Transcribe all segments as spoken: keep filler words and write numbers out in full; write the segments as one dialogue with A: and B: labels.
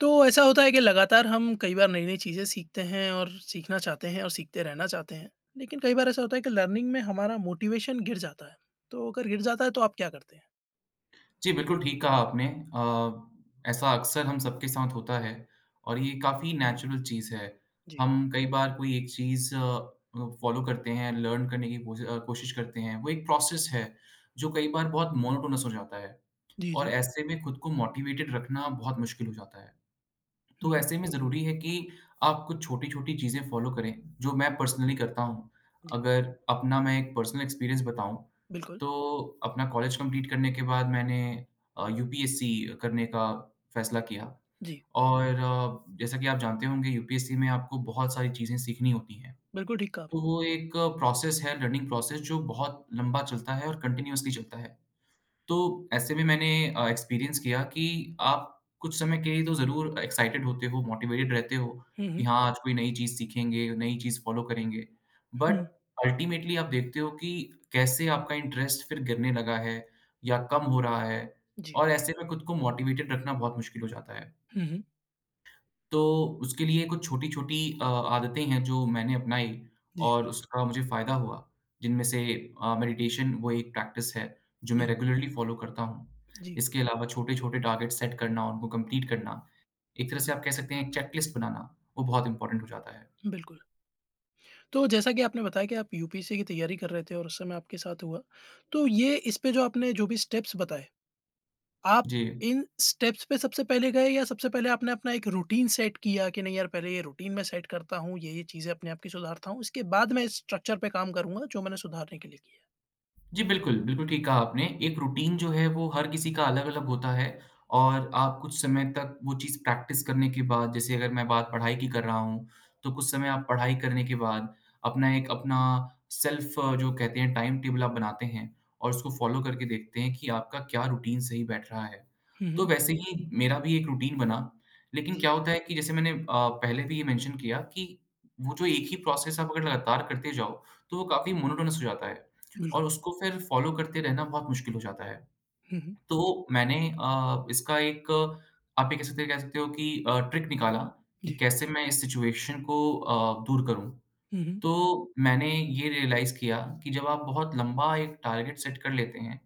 A: तो ऐसा होता है कि लगातार हम कई बार नई-नई चीज़ें सीखते हैं और सीखना चाहते हैं और सीखते रहना चाहते हैं। लेकिन कई बार ऐसा होता है कि लर्निंग में हमारा मोटिवेशन गिर जाता है। तो अगर गिर जाता है तो आप क्या करते हैं?
B: जी, बिल्कुल ठीक कहा आपने। अ, ऐसा अक्सर हम सबके साथ होता है और ये काफ़ी नेचुरल चीज़ है।
A: जी।
B: हम कई बार कोई एक चीज़ अ, फ़ॉलो करते हैं, लर्न करने की कोशि अ, कोशिश करते हैं। वो एक प्रोसेस है, जो कई बार बहुत मोनोटोनस हो जाता है
A: जी,
B: और
A: जी।
B: ऐसे में खुद को मोटिवेटेड रखना बहुत मुश्किल हो जाता है।
A: हुँ,
B: तो
A: हुँ।
B: ऐसे में ज़रूरी है कि आप कुछ छोटी-छोटी चीज़ें फ़ॉलो करें, जो मैं पर्सनली करता हूँ।
A: जी,
B: अगर अपना मैं एक पर्सनल एक्सपीरियंस बताऊँ,
A: बिल्कुल।
B: तो अपना कॉलेज कंप्लीट करने के बाद मैंने अ, यू पी एस सी करने का फ़ैसला किया
A: जी,
B: और अ, जैसा कि आप जानते होंगे यू पी एस सी में आपको बहुत सारी चीज़ें सीखनी होती हैं।
A: बिल्कुल ठीक कहा आप।
B: तो वो एक प्रोसेस है, लर्निंग प्रोसेस जो बहुत लंबा चलता है और कंटिन्यूअसली चलता है। तो ऐसे में मैंने अ, एक्सपीरियंस किया कि आप कुछ समय के लिए तो ज़रूर एक्साइटेड होते हो, मोटिवेटेड रहते हो
A: हुँ,
B: कि
A: हुँ।
B: हाँ, आज कोई नई चीज़ सीखेंगे, नई चीज़ फ़ॉलो करेंगे। बट
A: हुँ,
B: अल्टीमेटली आप देखते हो कि कैसे आपका इंटरेस्ट फिर गिरने लगा है या कम हो रहा है
A: जी।
B: और ऐसे में खुद को मोटिवेटेड रखना बहुत मुश्किल हो जाता है।
A: हुँ, हुँ।
B: तो उसके लिए कुछ छोटी-छोटी अ, आदतें हैं जो मैंने अपनाई
A: जी,
B: और उसका मुझे फ़ायदा हुआ, जिनमें से अ, मेडिटेशन वो एक प्रैक्टिस है, जो मैं
A: जी,
B: रेगुलरली फ़ॉलो करता हूँ।
A: जी,
B: इसके अलावा छोटे-छोटे टारगेट सेट करना, उनको कंप्लीट करना, एक तरह से आप कह सकते हैं एक चेकलिस्ट बनाना, वो बहुत इम्पोर्टेंट हो जाता है।
A: बिल्कुल। तो जैसा कि आपने बताया कि आप यूपीएससी की तैयारी कर रहे थे और उस समय आपके साथ हुआ। तो ये इस पे जो आपने जो भी स्टेप्स बताए आप
B: जी।
A: इन स्टेप्स पे सबसे पहले गए या सबसे पहले आपने अपना एक रूटीन सेट किया कि नहीं यार पहले ये रूटीन मैं सेट करता हूँ, ये ये चीज़ें अपने आप की सुधारता हूँ, इसके बाद मैं इस स्ट्रक्चर पे काम करूँगा जो मैंने सुधारने के लिए किया
B: जी, बिल्कुल, बिल्कुल ठीक कहा आपने। एक रूटीन जो है वो हर किसी का अलग-अलग होता है और आप कुछ समय तक वो चीज़ प्रैक्टिस करने के बाद जैसे अगर मैं बात पढ़ाई की कर रहा हूँ, तो कुछ समय आप पढ़ाई करने के बाद अपना एक अपना सेल्फ जो कहते हैं टाइम टेबल आप बनाते हैं और उसको फ़ॉलो करके देखते हैं कि आपका क्या रूटीन सही बैठ रहा है।
A: है? हुँ,
B: तो
A: हुँ।
B: वैसे ही मेरा भी एक रूटीन बना, लेकिन
A: जी,
B: क्या होता है कि जैसे मैंने अ, पहले भी ये मेंशन किया कि वो जो एक ही प्रोसेस आप अगर लगातार करते जाओ, तो वो काफ़ी मोनोटोनस हो जाता है। और
A: बिल्कुल।
B: उसको फिर फ़ॉलो करते रहना बहुत मुश्किल हो जाता है।
A: हुँ, हुँ।
B: तो मैंने अ, इसका एक आप ये कह सकते कह सकते हो कि अ, ट्रिक निकाला कि
A: जी।
B: कैसे मैं इस सिचुएशन को अ, दूर करूँ।
A: हुँ, हुँ।
B: तो मैंने ये रियलाइज़ किया कि जब आप बहुत लंबा एक टारगेट सेट कर लेते हैं,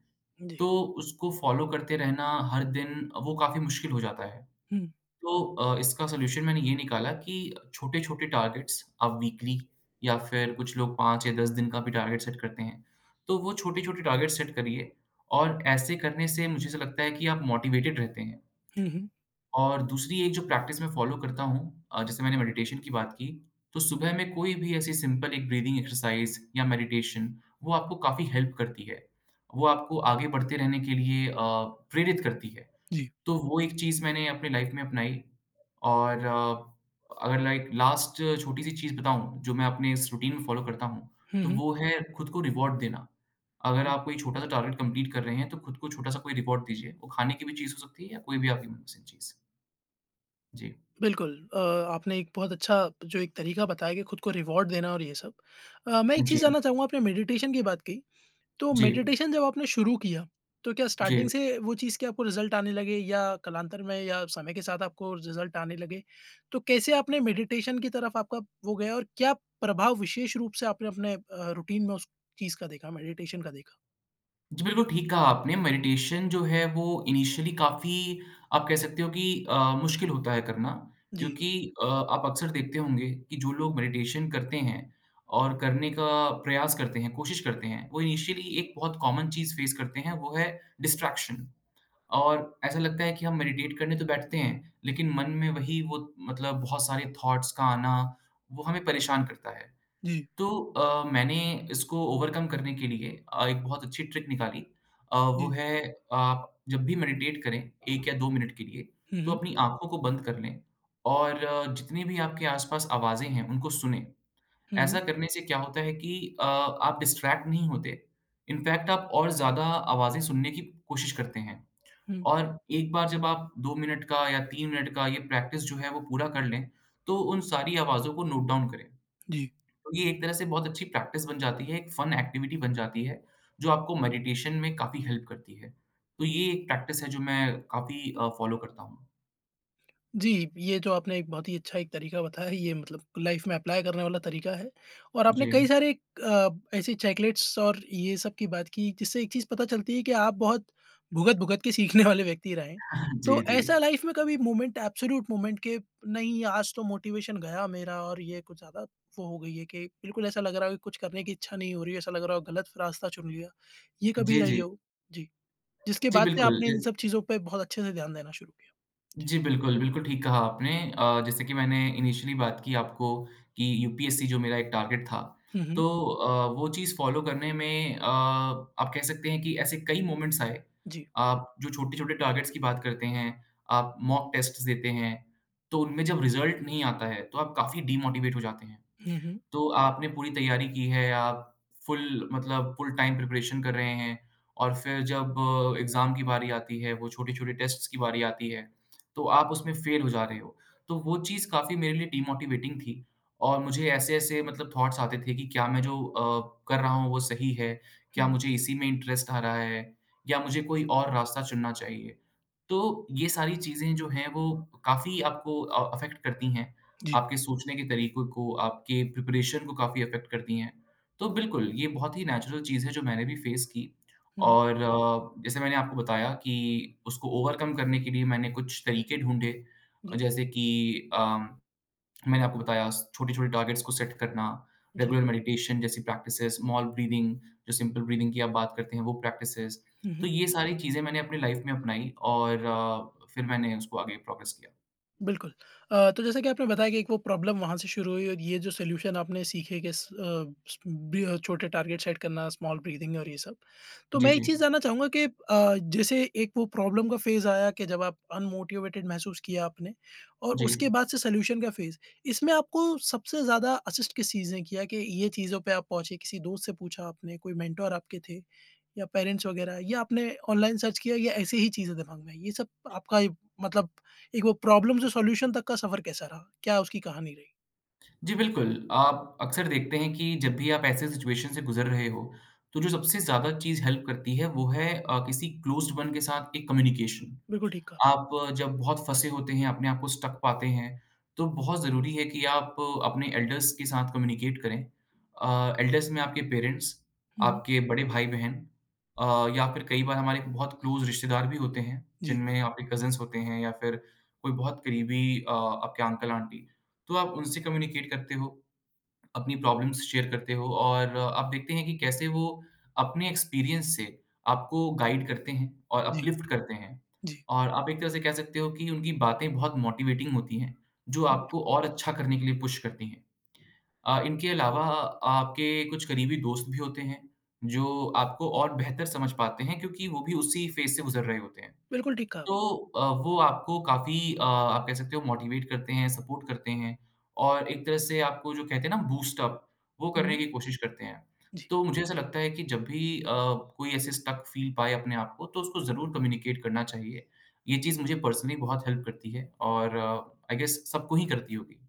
A: जी।
B: तो उसको फ़ॉलो करते रहना हर दिन वो काफ़ी मुश्किल हो जाता है।
A: हुँ,
B: तो अ, इसका सॉल्यूशन मैंने ये निकाला कि छोटे-छोटे टारगेट्स आप वीकली या फिर कुछ लोग पाँच या दस दिन का भी टारगेट सेट करते हैं। तो वो छोटे-छोटे टारगेट सेट करिए और ऐसे करने से मुझे ऐसा लगता है कि आप मोटिवेटेड रहते हैं।
A: हुँ, हुँ।
B: और दूसरी एक जो प्रैक्टिस मैं फॉलो करता हूँ अ, जैसे मैंने मेडिटेशन की बात की, तो सुबह में कोई भी ऐसी सिंपल एक ब्रीथिंग एक्सरसाइज या मेडिटेशन वो आपको काफ़ी हेल्प करती है। वो आपको आगे बढ़ते रहने के लिए अ, प्रेरित करती है।
A: जी।
B: तो वो एक चीज़ मैंने अपनी लाइफ में अपनाई और अ, अगर लाइक लास्ट छोटी-सी चीज़ बताऊँ, जो मैं अपने इस रूटीन में फ़ॉलो करता हूँ,
A: हुँ,
B: तो
A: हुँ।
B: वो है खुद को रिवॉर्ड देना। अगर
A: हुँ,
B: आप कोई छोटा-सा टारगेट कंप्लीट कर रहे हैं, तो खुद को छोटा-सा कोई रिवॉर्ड दीजिए। वो खाने की भी चीज़ हो सकती है या कोई भी आपकी मनपसंद चीज़। जी।
A: बिल्कुल अ, आपने एक बहुत अच्छा जो एक तरीका बताया कि खुद को रिवॉर्ड देना और ये सब। अ, मैं एक
B: जी।
A: चीज़ जानना चाहूँगा आपने मेडिटेशन की बात की। तो
B: जी।
A: मेडिटेशन जब आपने शुरू किया, तो क्या
B: जी।
A: स्टार्टिंग से वो चीज़ के आपको रिज़ल्ट आने लगे या कालांतर में या समय के साथ आपको रिज़ल्ट आने लगे? तो कैसे आपने मेडिटेशन की तरफ आपका वो गया और क्या प्रभाव विशेष रूप से आपने अपने अ, रूटीन में उस चीज़ का देखा, मेडिटेशन का देखा?
B: जी, बिल्कुल ठीक कहा आपने। मेडिटेशन जो है वो इनिशियली काफ़ी आप कह सकते हो कि अ, मुश्किल होता है करना
A: जी,
B: क्योंकि अ, आप अक्सर देखते होंगे कि जो लोग मेडिटेशन करते हैं और करने का प्रयास करते हैं, कोशिश करते हैं, वो इनिशियली एक बहुत कॉमन चीज़ फेस करते हैं, वो है डिस्ट्रैक्शन और ऐसा लगता है कि हम मेडिटेट करने तो बैठते हैं, लेकिन मन में वही वो मतलब बहुत सारे थॉट्स का आना, वो हमें परेशान करता है।
A: जी,
B: तो अ, मैंने इसको ओवरकम करने के लिए अ, एक बहुत अच्छी ट्रिक निकाली। अ, वो
A: जी।
B: है आप जब भी मेडिटेट करें एक या दो मिनट के लिए,
A: हुँ,
B: तो
A: हुँ।
B: अपनी आँखों को बंद कर लें और अ, जितनी भी आपके आस-पास आवाज़ें हैं, उनको सुनें।
A: हुँ,
B: ऐसा
A: हुँ।
B: करने से क्या होता है कि अ, आप डिस्ट्रैक्ट नहीं होते। इनफैक्ट आप और ज़्यादा आवाज़ें सुनने की कोशिश करते हैं
A: हुँ,
B: और एक बार जब आप दो मिनट का या तीन मिनट का ये प्रैक्टिस जो है वो पूरा कर लें, तो उन सारी आवाज़ों को नोट डाउन करें।
A: जी।
B: तो ये एक तरह से बहुत अच्छी प्रैक्टिस बन जाती है, एक फन एक्टिविटी बन जाती है, जो आपको मेडिटेशन में काफ़ी हेल्प करती है। तो ये एक प्रैक्टिस है जो मैं काफ़ी अ, फ़ॉलो करता हूँ।
A: जी, ये जो आपने एक बहुत ही अच्छा एक तरीका बताया है, ये मतलब लाइफ में अप्लाई करने वाला तरीका है और आपने
B: जी।
A: कई सारे अ, ऐसे चेकलिस्ट्स और ये सब की बात की, जिससे एक चीज़ पता चलती है कि आप बहुत भुगत-भुगत के सीखने वाले व्यक्ति रहे हैं।
B: जी,
A: तो
B: जी।
A: ऐसा लाइफ में कभी मोमेंट एब्सोल्यूट मोमेंट के नहीं, आज तो मोटिवेशन गया मेरा और ये कुछ ज़्यादा वो हो गई है कि बिल्कुल ऐसा लग रहा है कि कुछ करने की इच्छा नहीं हो रही है, ऐसा लग रहा हो गलत रास्ता चुन लिया, ये कभी
B: जी,
A: रही
B: जी।
A: हो? जी, जिसके
B: जी,
A: बाद से
B: बिल्कुल।
A: आपने इन सब चीज़ों पे बहुत अच्छे से ध्यान देना शुरू किया? जी।
B: जी, बिल्कुल, बिल्कुल ठीक कहा आपने। अ, जैसे कि मैंने इनिशियली बात की आपको कि यू पी एस सी जो मेरा एक टारगेट था,
A: हुँ, हुँ।
B: तो अ, वो चीज़ फ़ॉलो करने में अ, आप कह सकते हैं कि ऐसे कई मोमेंट्स आए।
A: जी।
B: आप जो छोटे-छोटे टारगेट्स की बात करते हैं, आप मॉक टेस्ट्स देते हैं, तो उनमें जब रिज़ल्ट नहीं आता है, तो आप काफ़ी डीमोटिवेट हो जाते हैं।
A: हुँ, हुँ,
B: तो आपने पूरी तैयारी की है, आप फुल मतलब फुल टाइम प्रिपरेशन कर रहे हैं और फिर जब एग्ज़ाम की बारी आती है, वो छोटे-छोटे टेस्ट्स की बारी आती है, तो आप उसमें फ़ेल हो जा रहे हो। तो वो चीज़ काफ़ी मेरे लिए डीमोटिवेटिंग थी और मुझे ऐसे-ऐसे मतलब थॉट्स आते थे कि क्या मैं जो अ, कर रहा हूँ वो सही है? क्या
A: हुँ।
B: मुझे इसी में इंटरेस्ट आ रहा है? या मुझे कोई और रास्ता चुनना चाहिए? तो ये सारी चीज़ें जो हैं वो काफ़ी आपको अ, अफ़ेक्ट करती हैं।
A: जी,
B: आपके सोचने के तरीकों को, आपके प्रिपरेशन को काफ़ी अफ़ेक्ट करती हैं। तो बिल्कुल, ये बहुत ही नेचुरल चीज़ है जो मैंने भी फ़ेस की
A: हुँ,
B: और अ, जैसे मैंने आपको बताया कि उसको ओवरकम करने के लिए मैंने कुछ तरीके ढूँढे अ,
A: जी,
B: जैसे कि अम, मैंने आपको बताया स छोटे-छोटे टारगेट्स को सेट करना,
A: जी।
B: रेगुलर मेडिटेशन जैसी प्रैक्टिसेज़, स्मॉल ब्रीदिंग, जो सिंपल ब्रीदिंग की आप बात करते हैं वो प्रैक्टिसेज़।
A: हुँ,
B: तो
A: हुँ,
B: ये सारी चीज़ें मैंने अपनी लाइफ़ में अपनाई और अ, फिर मैंने उसको आगे प्रोग्रेस किया।
A: बिल्कुल। अ, तो जैसा कि आपने बताया कि एक वो प्रॉब्लम वहाँ से शुरू हुई और ये जो सॉल्यूशन आपने सीखे कि स अ, स ब्री अ, छोटे टारगेट सेट करना, स्मॉल ब्रीथिंग और ये सब। तो
B: जी,
A: मैं
B: जी।
A: एक चीज़ जानना चाहूँगा कि अ, जैसे एक वो प्रॉब्लम का फ़ेज़ आया कि जब आप अनमोटिवेटेड महसूस किया आपने और
B: जी।
A: उसके बाद से सॉल्यूशन का फ़ेज़। इसमें आपको सबसे ज़्यादा असिस्ट किस चीज़ ने किया कि ये चीज़ों पे आप पहुँचे? किसी दोस्त से पूछा आपने? कोई मेंटर आपके थे? या पेरेंट्स वगैरह ये आपने ऑनलाइन सर्च किया या ऐसे ही चीज़ें दिमाग में आई? ये सब आपका ये मतलब एक वो प्रॉब्लम से सॉल्यूशन तक का सफ़र कैसा रहा? क्या उसकी कहानी रही?
B: जी, बिल्कुल। आप अक्सर देखते हैं कि जब भी आप ऐसे सिचुएशन से गुज़र रहे हो, तो जो सबसे ज़्यादा चीज़ हेल्प करती है, वो है अ, किसी क्लोज़्ड वन के साथ एक कम्युनिकेशन।
A: बिल्कुल ठीक कहा।
B: आप जब बहुत फँसे होते हैं, अपने आप को स्टक पाते हैं, तो बहुत ज़रूरी है कि आप अपने एल्डर्स के साथ कम्युनिकेट करें। अ, एल्डर्स में आपके पेरेंट्स,
A: हुँ।
B: आपके बड़े भाई-बहन अ, या फिर कई बार हमारे बहुत क्लोज़ रिश्तेदार भी होते हैं,
A: जी,
B: जिनमें आपके कज़िन्स होते हैं या फिर कोई बहुत करीबी अ, आपके अंकल-आंटी, तो आप उनसे कम्युनिकेट करते हो। अपनी प्रॉब्लम्स शेयर करते हो और आप देखते हैं कि कैसे वो अपने एक्सपीरियंस से आपको गाइड करते हैं और
A: जी,
B: अपलिफ्ट करते हैं।
A: जी।
B: और आप एक तरह से कह सकते हो कि उनकी बातें बहुत मोटिवेटिंग होती हैं, जो
A: बिल्क
B: आपको और अच्छा करने के लिए पुश करती हैं। अ, इनके अलावा आपके कुछ करीबी दोस्त भी होते हैं, जो आपको और बेहतर समझ पाते हैं क्योंकि वो भी उसी फेज़ से गुज़र रहे होते हैं।
A: बिल्कुल ठीक कहा
B: तो
A: आपने।
B: अ, वो आपको काफ़ी अ, आप कह सकते हो मोटिवेट करते हैं, सपोर्ट करते हैं और एक तरह से आपको जो कहते हैं ना बूस्ट अप, वो
A: हुँ।
B: करने की कोशिश करते हैं।
A: जी,
B: तो मुझे ऐसा लगता है कि जब भी अ, कोई ऐसे स्टक फील पाए अपने आप को, तो उसको ज़रूर कम्युनिकेट करना चाहिए। ये चीज़ मुझे पर्सनली बहुत हेल्प करती है और आई गेस सबको ही करती होगी।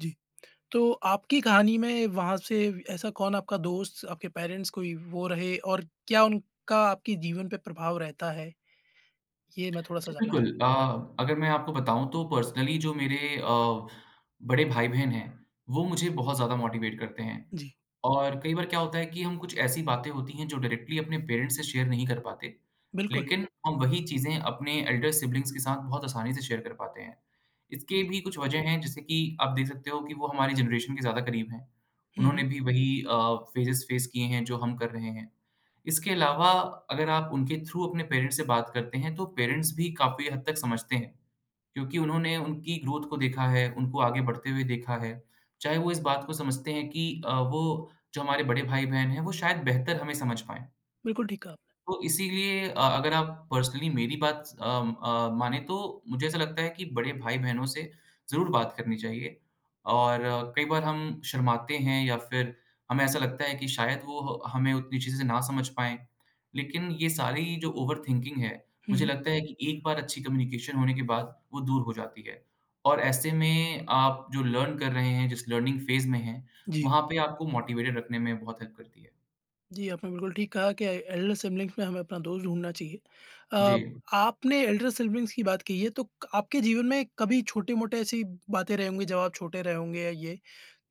A: जी। तो आपकी कहानी में वहाँ से ऐसा कौन आपका दोस्त, आपके पेरेंट्स कोई वो रहे और क्या उनका आपके जीवन पे प्रभाव रहता है? ये मैं
B: जी,
A: थोड़ा-सा जानना
B: बिल्कुल
A: चाहूँगा।
B: अ, अगर मैं आपको बताऊँ तो पर्सनली जो मेरे अ, बड़े भाई-बहन हैं, वो मुझे बहुत ज़्यादा मोटिवेट करते हैं।
A: जी,
B: और कई बार क्या होता है कि हम कुछ ऐसी बातें होती हैं जो डायरेक्टली अपने पेरेंट्स से शेयर नहीं कर पाते,
A: बिल्कुल,
B: लेकिन हम वही चीज़ें अपने एल्डर सिब्लिंग्स के साथ बहुत आसानी से शेयर कर पाते हैं। इसके भी
A: बिल्कुल।
B: कुछ वजह हैं जैसे कि आप देख सकते हो कि वो हमारी जनरेशन के ज़्यादा करीब हैं।
A: हुँ,
B: उन्होंने
A: हुँ।
B: भी वही अ, फेजेस फेस किए हैं जो हम कर रहे हैं। इसके अलावा अगर आप उनके थ्रू अपने पेरेंट्स से बात करते हैं तो पेरेंट्स भी काफ़ी हद तक समझते हैं, क्योंकि उन्होंने उनकी ग्रोथ को देखा है, उनको आगे बढ़ते हुए देखा है। चाहे वो इस बात को समझते हैं कि अ, वो जो हमारे बड़े भाई-बहन हैं, वो शायद बेहतर हमें समझ पाएँ।
A: बिल्कुल ठीक कहा
B: तो इसीलिए अ, अगर आप पर्सनली मेरी बात अम, अ, माने तो मुझे ऐसा लगता है कि बड़े भाई-बहनों से ज़रूर बात करनी चाहिए और अ, कई बार हम शर्माते हैं या फिर हमें ऐसा लगता है कि शायद वो ह हमें उतनी चीज़ें ना समझ पाएँ। लेकिन ये सारी जो ओवरथिंकिंग है,
A: आपने।
B: मुझे
A: हुँ।
B: लगता है कि एक बार अच्छी कम्युनिकेशन होने के बाद वो दूर हो जाती है। और ऐसे में आप जो लर्न कर रहे हैं, जिस लर्निंग फेज़ में हैं,
A: जी।
B: वहाँ पे आपको मोटिवेटेड रखने में बहुत हेल्प करती है।
A: जी, आपने बिल्कुल ठीक कहा कि एल्डर सिबलिंग्स में हमें अपना दोस्त ढूँढना चाहिए। अ,
B: जी,
A: आपने एल्डर सिबलिंग्स की बात की है तो आपके जीवन में कभी छोटे-मोटे ऐसी बातें रहे होंगी जब आप छोटे रहे होंगे या ये,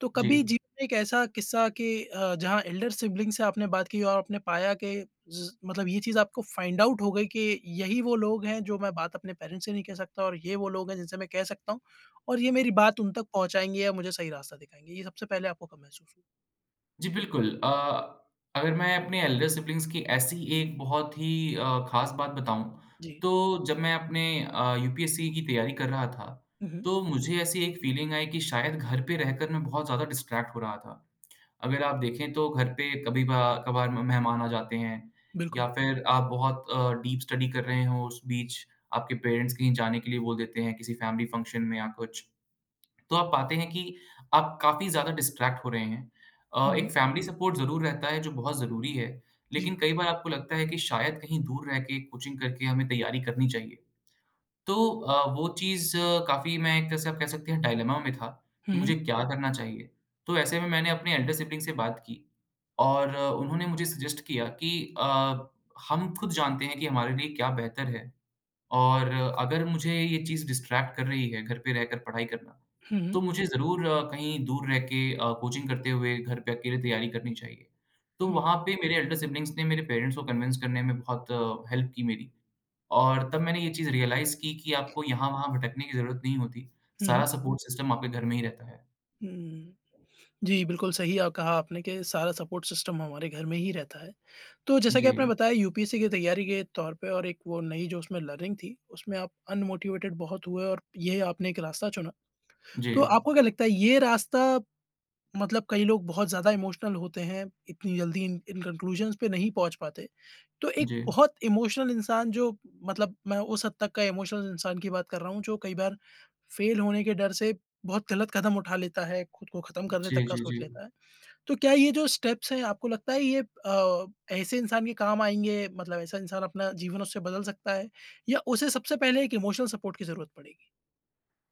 A: तो
B: जी।
A: कभी जीवन में एक ऐसा किस्सा कि अ, जहाँ एल्डर सिबलिंग से आपने बात की और आपने पाया कि ज़ मतलब ये चीज़ आपको फाइंड आउट हो गई कि यही वो लोग हैं जो मैं बात अपने पेरेंट्स से नहीं कह सकता और ये वो लोग हैं जिनसे मैं कह सकता हूँ और ये मेरी बात उन तक पहुँचाएँगे या मुझे सही रास्ता दिखाएँगे। ये सबसे पहले आपको कब महसूस हुआ?
B: जी, बिल्कुल। अ, अगर मैं अपने एल्डर सिब्लिंग्स की ऐसी एक बहुत ही अ, ख़ास बात बताऊँ,
A: जी।
B: तो जब मैं अपने अ, यू पी एस सी की तैयारी कर रहा था,
A: हुँ, हुँ।
B: तो मुझे ऐसी एक फ़ीलिंग आई कि शायद घर पे रहकर मैं बहुत ज़्यादा डिस्ट्रैक्ट हो रहा था। अगर आप देखें तो घर पे कभी बा कभार म मेहमान आ जाते हैं या
A: बिल्कुल।
B: फिर आप बहुत अ, डीप स्टडी कर रहे हो, उस बीच आपके पेरेंट्स कहीं जाने के लिए बोल देते हैं, किसी फ़ैमिली फंक्शन में या कुछ। तो आप पाते हैं कि आप काफ़ी ज़्यादा डिस्ट्रैक्ट हो रहे हैं। अ,
A: हुँ,
B: एक
A: हुँ।
B: फैमिली सपोर्ट ज़रूर रहता है जो बहुत ज़रूरी है,
A: जी।
B: लेकिन कई बार आपको लगता है कि शायद कहीं दूर रह के कोचिंग करके हमें तैयारी करनी चाहिए। तो अ, वो चीज़ काफ़ी मैं एक तरह से आप कह सकते हैं डायलेमा में था कि
A: हुँ, हुँ।
B: मुझे क्या करना चाहिए? तो ऐसे में मैंने अपने एल्डर सिबलिंग से बात की और अ, उन्होंने मुझे सजेस्ट किया कि अ, हम खुद जानते हैं कि हमारे लिए क्या बेहतर है। और अगर मुझे ये चीज़ डिस्ट्रैक्ट कर रही है, घर पे रहकर पढ़ाई करना,
A: हुँ, हुँ।
B: तो मुझे ज़रूर अ, कहीं दूर रह के अ, कोचिंग करते हुए घर पे अकेले तैयारी करनी चाहिए। तो
A: हुँ।
B: वहाँ पे मेरे एल्डर सिब्लिंग्स ने मेरे पेरेंट्स को कन्विंस करने में बहुत हेल्प की मेरी। और तब मैंने ये चीज़ रियलाइज़ की कि आपको यहाँ-वहाँ भटकने की ज़रूरत नहीं होती,
A: हुँ,
B: सारा
A: हुँ।
B: सपोर्ट सिस्टम आपके घर में ही रहता है।
A: हुँ। जी, बिल्कुल सही अ, कहा आपने कि सारा सपोर्ट सिस्टम हमारे घर में ही रहता है। तो जैसा कि आपने
B: जी,
A: बताया यूपीएससी की तैयारी के तौर पे और एक वो नई जो उसमें लर्निंग थी, उसमें आप अनमोटिवेटेड बहुत हुए और ये आपने एक रास्ता चुना।
B: जी,
A: तो आपको क्या लगता है ये रास्ता मतलब कई लोग बहुत ज़्यादा इमोशनल होते हैं, इतनी जल्दी इन इन कंक्लूजन्स पे नहीं पहुँच पाते। तो एक
B: जी, जी,
A: बहुत इमोशनल इंसान जो मतलब मैं उस हद तक का इमोशनल इंसान की बात कर रहा हूँ जो कई बार फेल होने के डर से बहुत गलत कदम उठा लेता है, खुद को ख़त्म करने
B: जी,
A: तक का
B: जी।
A: सोच लेता है। तो क्या ये जो स्टेप्स हैं आपको लगता है ये अ, ऐसे इंसान के काम आएँगे मतलब ऐसा इंसान अपना जीवन उससे बदल सकता है? या उसे सबसे पहले एक इमोशनल सपोर्ट की ज़रूरत पड़ेगी?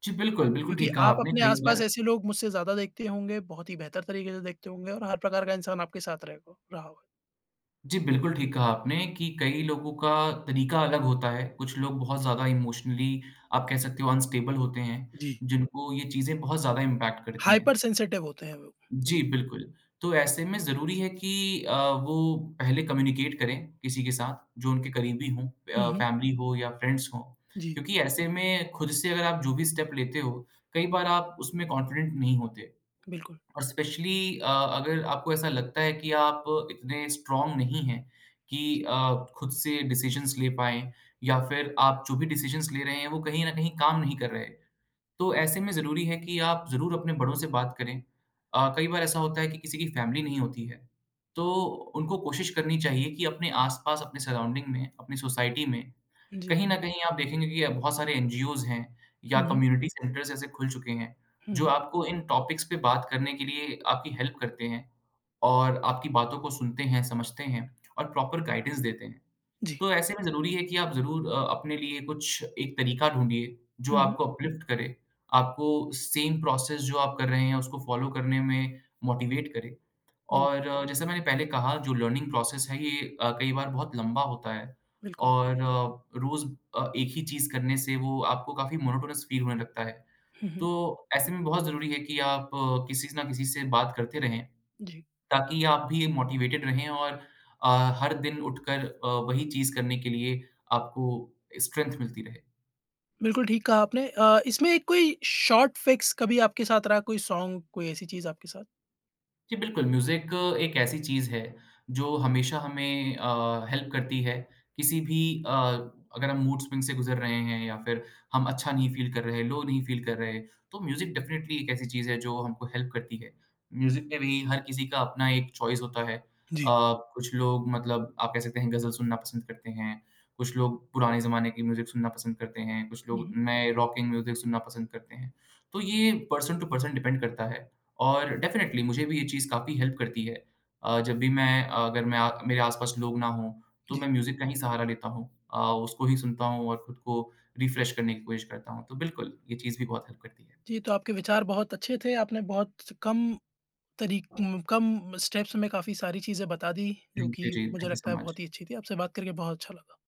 B: जी, जी बिल्कुल, बिल्कुल
A: क्योंकि
B: ठीक कहा
A: आप
B: आपने,
A: अपने
B: कई
A: आस-पास
B: बार
A: ऐसे लोग मुझसे ज़्यादा देखते होंगे, बहुत ही बेहतर तरीके से देखते होंगे और हर प्रकार का इंसान आपके साथ रहेगा रहा होगा।
B: जी, बिल्कुल ठीक कहा आपने कि कई लोगों का तरीका अलग होता है। कुछ लोग बहुत ज़्यादा इमोशनली आप कह सकते हो अनस्टेबल होते हैं,
A: जी।
B: जिनको ये चीज़ें बहुत ज़्यादा इम्पैक्ट करती हैं।
A: हाइपर सेंसिटिव होते हैं वो। जी।
B: जी, बिल्कुल। तो ऐसे में ज़रूरी है कि अ, वो पहले कम्युनिकेट करें किसी के साथ जो उनके करीबी हों,
A: हुँ,
B: अ,
A: हुँ।
B: फैमिली हो या फ्रेंड्स हों।
A: जी,
B: क्योंकि ऐसे में खुद से अगर आप जो भी स्टेप लेते हो, कई बार आप उसमें कॉन्फिडेंट नहीं होते।
A: बिल्कुल।
B: और स्पेशली अ, अगर आपको ऐसा लगता है कि आप इतने स्ट्रॉन्ग नहीं हैं कि
A: जी,
B: अ, खुद से डिसीजंस ले पाएँ या फिर आप जो भी डिसीजंस ले रहे हैं, वो कहीं न कहीं काम नहीं कर रहे। तो ऐसे में ज़रूरी है कि आप ज़रूर अपने बड़ों से बात करें। अ, कई बार ऐसा होता है कि किसी की फैमिली नहीं होती है, तो उनको कोशिश करनी चाहिए कि अपने आस-पास, अपने सराउंडिंग में, अपनी सोसाइटी में
A: जी।
B: कहीं न कहीं आप देखेंगे कि बहुत सारे एन जी ओज़ हैं या
A: हुँ, हुँ।
B: कम्युनिटी सेंटर्स ऐसे खुल चुके हैं,
A: हुँ,
B: जो
A: हुँ।
B: आपको इन टॉपिक्स पे बात करने के लिए आपकी हेल्प करते हैं और आपकी बातों को सुनते हैं, समझते हैं और प्रॉपर गाइडेंस देते हैं।
A: जी।
B: तो ऐसे में ज़रूरी है कि आप ज़रूर अ, अपने लिए कुछ एक तरीका ढूँढिए, जो
A: हुँ, हुँ।
B: आपको अपलिफ्ट करे, आपको सेम प्रोसेस जो आप कर रहे हैं, उसको फ़ॉलो करने में मोटिवेट करे।
A: जी,
B: और अ, जैसे मैंने पहले कहा जो लर्निंग प्रोसेस है ये अ, कई बार बहुत लंबा होता है
A: बिल्कुल।
B: और अ, रोज़ अ, एक ही चीज़ करने से वो आपको काफ़ी मोनोटोनस फील होने लगता है।
A: हुँ, हुँ।
B: तो ऐसे में बहुत ज़रूरी है कि आप अ, किसी ना किसी से बात करते रहें,
A: जी,
B: ताकि आप भी मोटिवेटेड रहें और अ, हर दिन उठकर अ, वही चीज़ करने के लिए आपको स्ट्रेंथ मिलती रहे।
A: बिल्कुल ठीक कहा आपने। अ, इसमें एक कोई शॉर्ट फिक्स कभी आपके साथ रहा कोई सॉन्ग, कोई ऐसी चीज़ आपके साथ?
B: जी, बिल्कुल म्यूज़िक एक ऐसी चीज़ है जो हमेशा हमें अ, हेल्प करती है किसी भी अ, अगर हम मूड स्विंग से गुज़र रहे हैं या फिर हम अच्छा नहीं फ़ील कर रहे, लो नहीं फ़ील कर रहे, तो म्यूज़िक डेफ़िनेटली एक ऐसी चीज़ है जो हमको हेल्प करती है। म्यूज़िक में भी हर किसी का अपना एक चॉइस होता है। अ,
A: जी।
B: कुछ लोग मतलब आप कह सकते हैं ग़ज़ल सुनना पसंद करते हैं, कुछ लोग पुराने ज़माने की म्यूज़िक सुनना पसंद करते हैं, कुछ
A: हुँ,
B: लोग
A: हुँ।
B: नए रॉकिंग म्यूज़िक सुनना पसंद करते हैं। तो ये पर्सन टू पर्सन डिपेंड करता है। और डेफ़िनेटली मुझे भी ये चीज़ काफ़ी हेल्प करती है। अ, जब भी मैं अगर मैं अ, मेरे आस-पास लोग ना हों, तो
A: जी।
B: मैं म्यूज़िक का ही सहारा लेता हूँ। अ, उसको ही सुनता हूँ और खुद को रिफ्रेश करने की कोशिश करता हूँ। तो बिल्कुल, ये चीज़ भी बहुत हेल्प करती है।
A: जी, तो आपके विचार बहुत अच्छे थे। आपने बहुत कम तरीक उम, कम स्टेप्स में काफ़ी सारी चीज़ें बता दी, जो
B: थैंक यू
A: कि
B: जी,
A: मुझे
B: थैंक यू
A: लगता
B: सो
A: है
B: मच।
A: बहुत ही अच्छी थी। आपसे बात करके बहुत अच्छा लगा।